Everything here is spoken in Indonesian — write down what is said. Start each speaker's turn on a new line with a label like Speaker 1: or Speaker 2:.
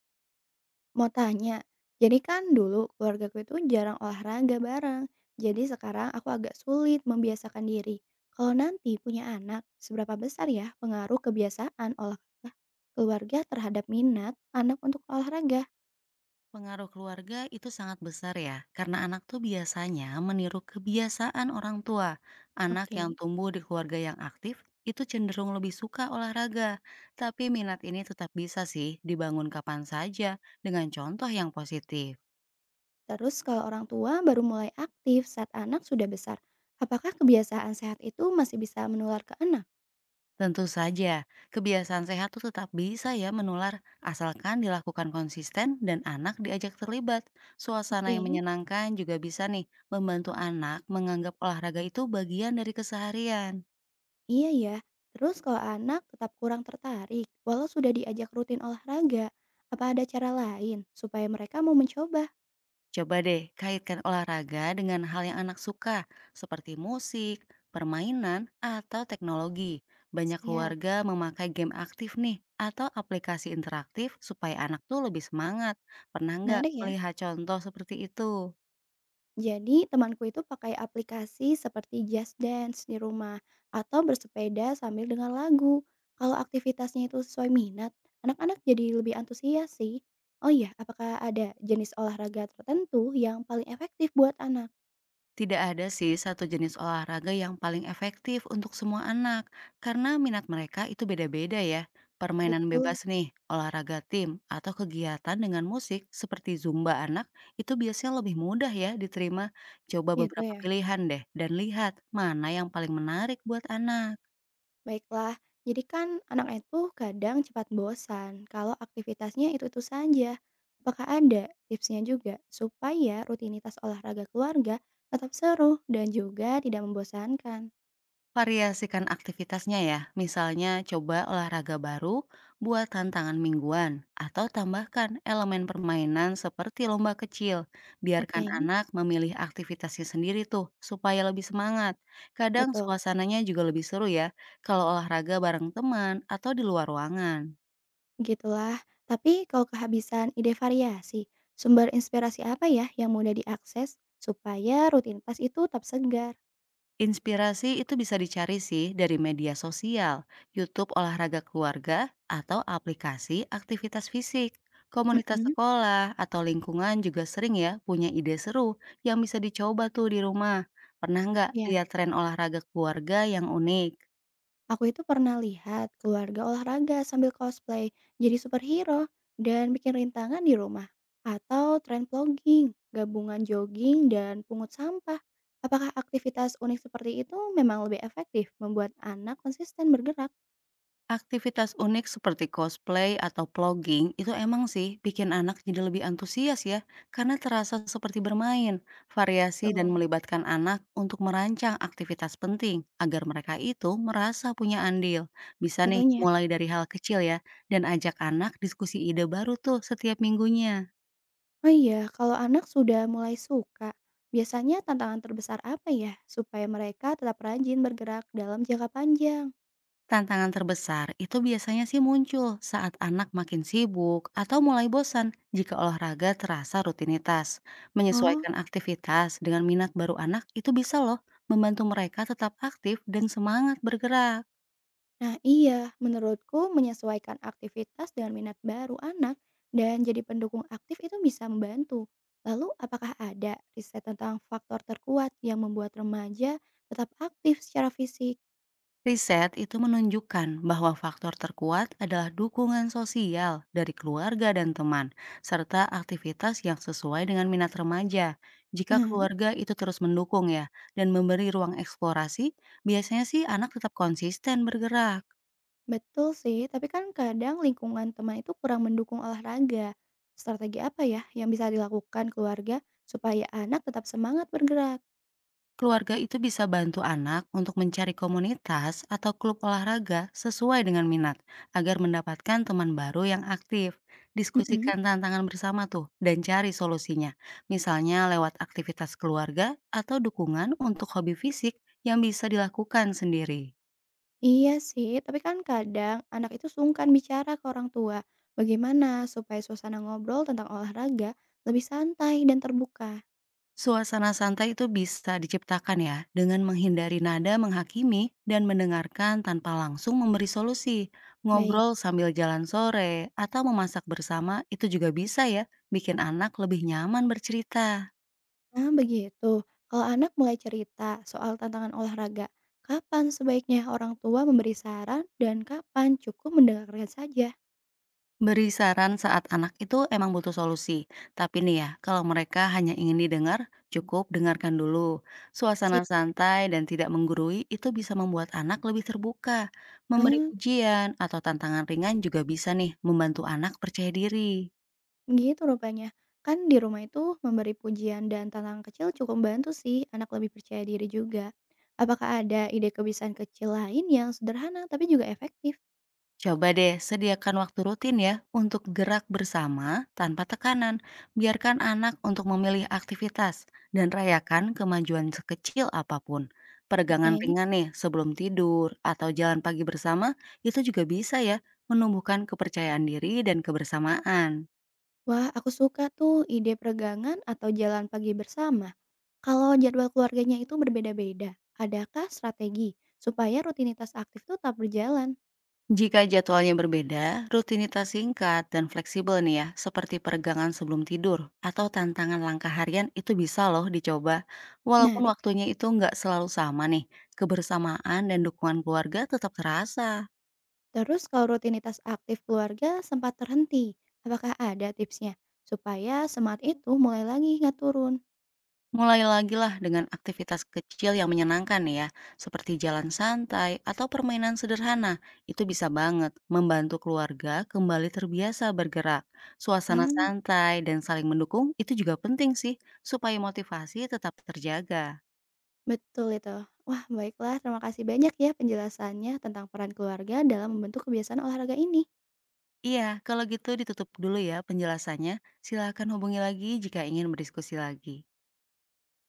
Speaker 1: Mau tanya, jadi kan dulu keluargaku itu jarang olahraga bareng. Jadi sekarang aku agak sulit membiasakan diri. Kalau nanti punya anak, seberapa besar ya pengaruh kebiasaan olahraga keluarga terhadap minat anak untuk olahraga?
Speaker 2: Pengaruh keluarga itu sangat besar ya, karena anak tuh biasanya meniru kebiasaan orang tua. Anak yang
Speaker 1: Oke.
Speaker 2: tumbuh di keluarga yang aktif itu cenderung lebih suka olahraga. Tapi minat ini tetap bisa sih dibangun kapan saja dengan contoh yang positif.
Speaker 1: Terus kalau orang tua baru mulai aktif saat anak sudah besar, apakah kebiasaan sehat itu masih bisa menular ke anak?
Speaker 2: Tentu saja, kebiasaan sehat tuh tetap bisa ya menular asalkan dilakukan konsisten dan anak diajak terlibat. Suasana yang
Speaker 1: Oke.
Speaker 2: menyenangkan juga bisa nih membantu anak menganggap olahraga itu bagian dari keseharian.
Speaker 1: Iya ya, terus kalau anak tetap kurang tertarik, walau sudah diajak rutin olahraga, apa ada cara lain supaya mereka mau mencoba?
Speaker 2: Coba deh kaitkan olahraga dengan hal yang anak suka, seperti musik, permainan, atau teknologi. Banyak
Speaker 1: Siap.
Speaker 2: keluarga memakai game aktif nih, atau aplikasi interaktif supaya anak tuh lebih semangat. Pernah nggak
Speaker 1: Menarik ya.
Speaker 2: melihat contoh seperti itu?
Speaker 1: Jadi temanku itu pakai aplikasi seperti Just Dance di rumah atau bersepeda sambil dengar lagu. Kalau aktivitasnya itu sesuai minat, anak-anak jadi lebih antusias sih. Oh iya, apakah ada jenis olahraga tertentu yang paling efektif buat anak?
Speaker 2: Tidak ada sih satu jenis olahraga yang paling efektif untuk semua anak, karena minat mereka itu beda-beda ya. Permainan
Speaker 1: Betul,
Speaker 2: bebas nih, olahraga tim, atau kegiatan dengan musik seperti Zumba anak itu biasanya lebih mudah ya diterima. Coba
Speaker 1: gitu
Speaker 2: beberapa
Speaker 1: ya.
Speaker 2: pilihan deh dan lihat mana yang paling menarik buat anak.
Speaker 1: Baiklah, jadi kan anak itu kadang cepat bosan kalau aktivitasnya itu-itu saja. Apakah ada tipsnya juga supaya rutinitas olahraga keluarga tetap seru dan juga tidak membosankan?
Speaker 2: Variasikan aktivitasnya ya, misalnya coba olahraga baru, buat tantangan mingguan, atau tambahkan elemen permainan seperti lomba kecil. Biarkan
Speaker 1: Oke,
Speaker 2: anak memilih aktivitasnya sendiri tuh, supaya lebih semangat. Kadang
Speaker 1: betul.
Speaker 2: suasananya juga lebih seru ya, kalau olahraga bareng teman atau di luar ruangan.
Speaker 1: Begitulah. Tapi kalau kehabisan ide variasi, sumber inspirasi apa ya yang mudah diakses supaya rutinitas itu tetap segar?
Speaker 2: Inspirasi itu bisa dicari sih dari media sosial, YouTube olahraga keluarga, atau aplikasi aktivitas fisik. Komunitas
Speaker 1: Mm-mm,
Speaker 2: sekolah atau lingkungan juga sering ya punya ide seru yang bisa dicoba tuh di rumah. Pernah nggak
Speaker 1: ya.
Speaker 2: lihat tren olahraga keluarga yang unik?
Speaker 1: Aku itu pernah lihat keluarga olahraga sambil cosplay jadi superhero dan bikin rintangan di rumah. Atau tren vlogging, gabungan jogging dan pungut sampah. Apakah aktivitas unik seperti itu memang lebih efektif membuat anak konsisten bergerak?
Speaker 2: Aktivitas unik seperti cosplay atau vlogging itu emang sih bikin anak jadi lebih antusias ya, karena terasa seperti bermain. Variasi dan
Speaker 1: Tuh,
Speaker 2: melibatkan anak untuk merancang aktivitas penting agar mereka itu merasa punya andil. Bisa nih
Speaker 1: tentunya.
Speaker 2: mulai dari hal kecil ya, dan ajak anak diskusi ide baru tuh setiap minggunya.
Speaker 1: Oh iya, kalau anak sudah mulai suka, biasanya tantangan terbesar apa ya supaya mereka tetap rajin bergerak dalam jangka panjang?
Speaker 2: Tantangan terbesar itu biasanya sih muncul saat anak makin sibuk atau mulai bosan jika olahraga terasa rutinitas.
Speaker 1: Oh.
Speaker 2: Menyesuaikan aktivitas dengan minat baru anak itu bisa loh membantu mereka tetap aktif dan semangat bergerak.
Speaker 1: Nah iya, menurutku menyesuaikan aktivitas dengan minat baru anak dan jadi pendukung aktif itu bisa membantu. Lalu apakah ada riset tentang faktor terkuat yang membuat remaja tetap aktif secara fisik?
Speaker 2: Riset itu menunjukkan bahwa faktor terkuat adalah dukungan sosial dari keluarga dan teman, serta aktivitas yang sesuai dengan minat remaja. Jika
Speaker 1: Hmm.
Speaker 2: keluarga itu terus mendukung ya, dan memberi ruang eksplorasi, biasanya sih anak tetap konsisten bergerak.
Speaker 1: Betul sih, tapi kan kadang lingkungan teman itu kurang mendukung olahraga. Strategi apa ya yang bisa dilakukan keluarga supaya anak tetap semangat bergerak?
Speaker 2: Keluarga itu bisa bantu anak untuk mencari komunitas atau klub olahraga sesuai dengan minat, agar mendapatkan teman baru yang aktif.
Speaker 1: Mm-mm.
Speaker 2: Diskusikan tantangan bersama tuh, dan cari solusinya. Misalnya lewat aktivitas keluarga atau dukungan untuk hobi fisik yang bisa dilakukan sendiri.
Speaker 1: Iya sih, tapi kan kadang anak itu sungkan bicara ke orang tua. Bagaimana supaya suasana ngobrol tentang olahraga lebih santai dan terbuka?
Speaker 2: Suasana santai itu bisa diciptakan ya dengan menghindari nada menghakimi dan mendengarkan tanpa langsung memberi solusi.
Speaker 1: Baik.
Speaker 2: Ngobrol sambil jalan sore atau memasak bersama itu juga bisa ya bikin anak lebih nyaman bercerita.
Speaker 1: Nah, begitu. Kalau anak mulai cerita soal tantangan olahraga, kapan sebaiknya orang tua memberi saran dan kapan cukup mendengarkan saja?
Speaker 2: Beri saran saat anak itu emang butuh solusi. Tapi nih ya, kalau mereka hanya ingin didengar, cukup dengarkan dulu. Suasana
Speaker 1: Sih.
Speaker 2: santai dan tidak menggurui itu bisa membuat anak lebih terbuka. Memberi pujian atau tantangan ringan juga bisa nih membantu anak percaya diri.
Speaker 1: Gitu rupanya. Kan di rumah itu memberi pujian dan tantangan kecil cukup membantu sih anak lebih percaya diri juga. Apakah ada ide kebiasaan kecil lain yang sederhana tapi juga efektif?
Speaker 2: Coba deh sediakan waktu rutin ya untuk gerak bersama tanpa tekanan. Biarkan anak untuk memilih aktivitas dan rayakan kemajuan sekecil apapun. Peregangan
Speaker 1: Oke.
Speaker 2: ringan nih sebelum tidur atau jalan pagi bersama itu juga bisa ya menumbuhkan kepercayaan diri dan kebersamaan.
Speaker 1: Wah, aku suka tuh ide peregangan atau jalan pagi bersama. Kalau jadwal keluarganya itu berbeda-beda, adakah strategi supaya rutinitas aktif itu tetap berjalan?
Speaker 2: Jika jadwalnya berbeda, rutinitas singkat dan fleksibel nih ya, seperti peregangan sebelum tidur atau tantangan langkah harian itu bisa loh dicoba. Walaupun
Speaker 1: Menarik.
Speaker 2: waktunya itu nggak selalu sama nih, kebersamaan dan dukungan keluarga tetap terasa.
Speaker 1: Terus kalau rutinitas aktif keluarga sempat terhenti, apakah ada tipsnya supaya semangat itu mulai lagi nggak turun?
Speaker 2: Mulai lagi lah dengan aktivitas kecil yang menyenangkan ya, seperti jalan santai atau permainan sederhana. Itu bisa banget membantu keluarga kembali terbiasa bergerak. Suasana
Speaker 1: Ah,
Speaker 2: santai dan saling mendukung itu juga penting sih, supaya motivasi tetap terjaga.
Speaker 1: betul itu. Wah, baiklah terima kasih banyak ya penjelasannya tentang peran keluarga dalam membentuk kebiasaan olahraga ini.
Speaker 2: Iya, kalau gitu ditutup dulu ya penjelasannya. Silakan hubungi lagi jika ingin berdiskusi lagi.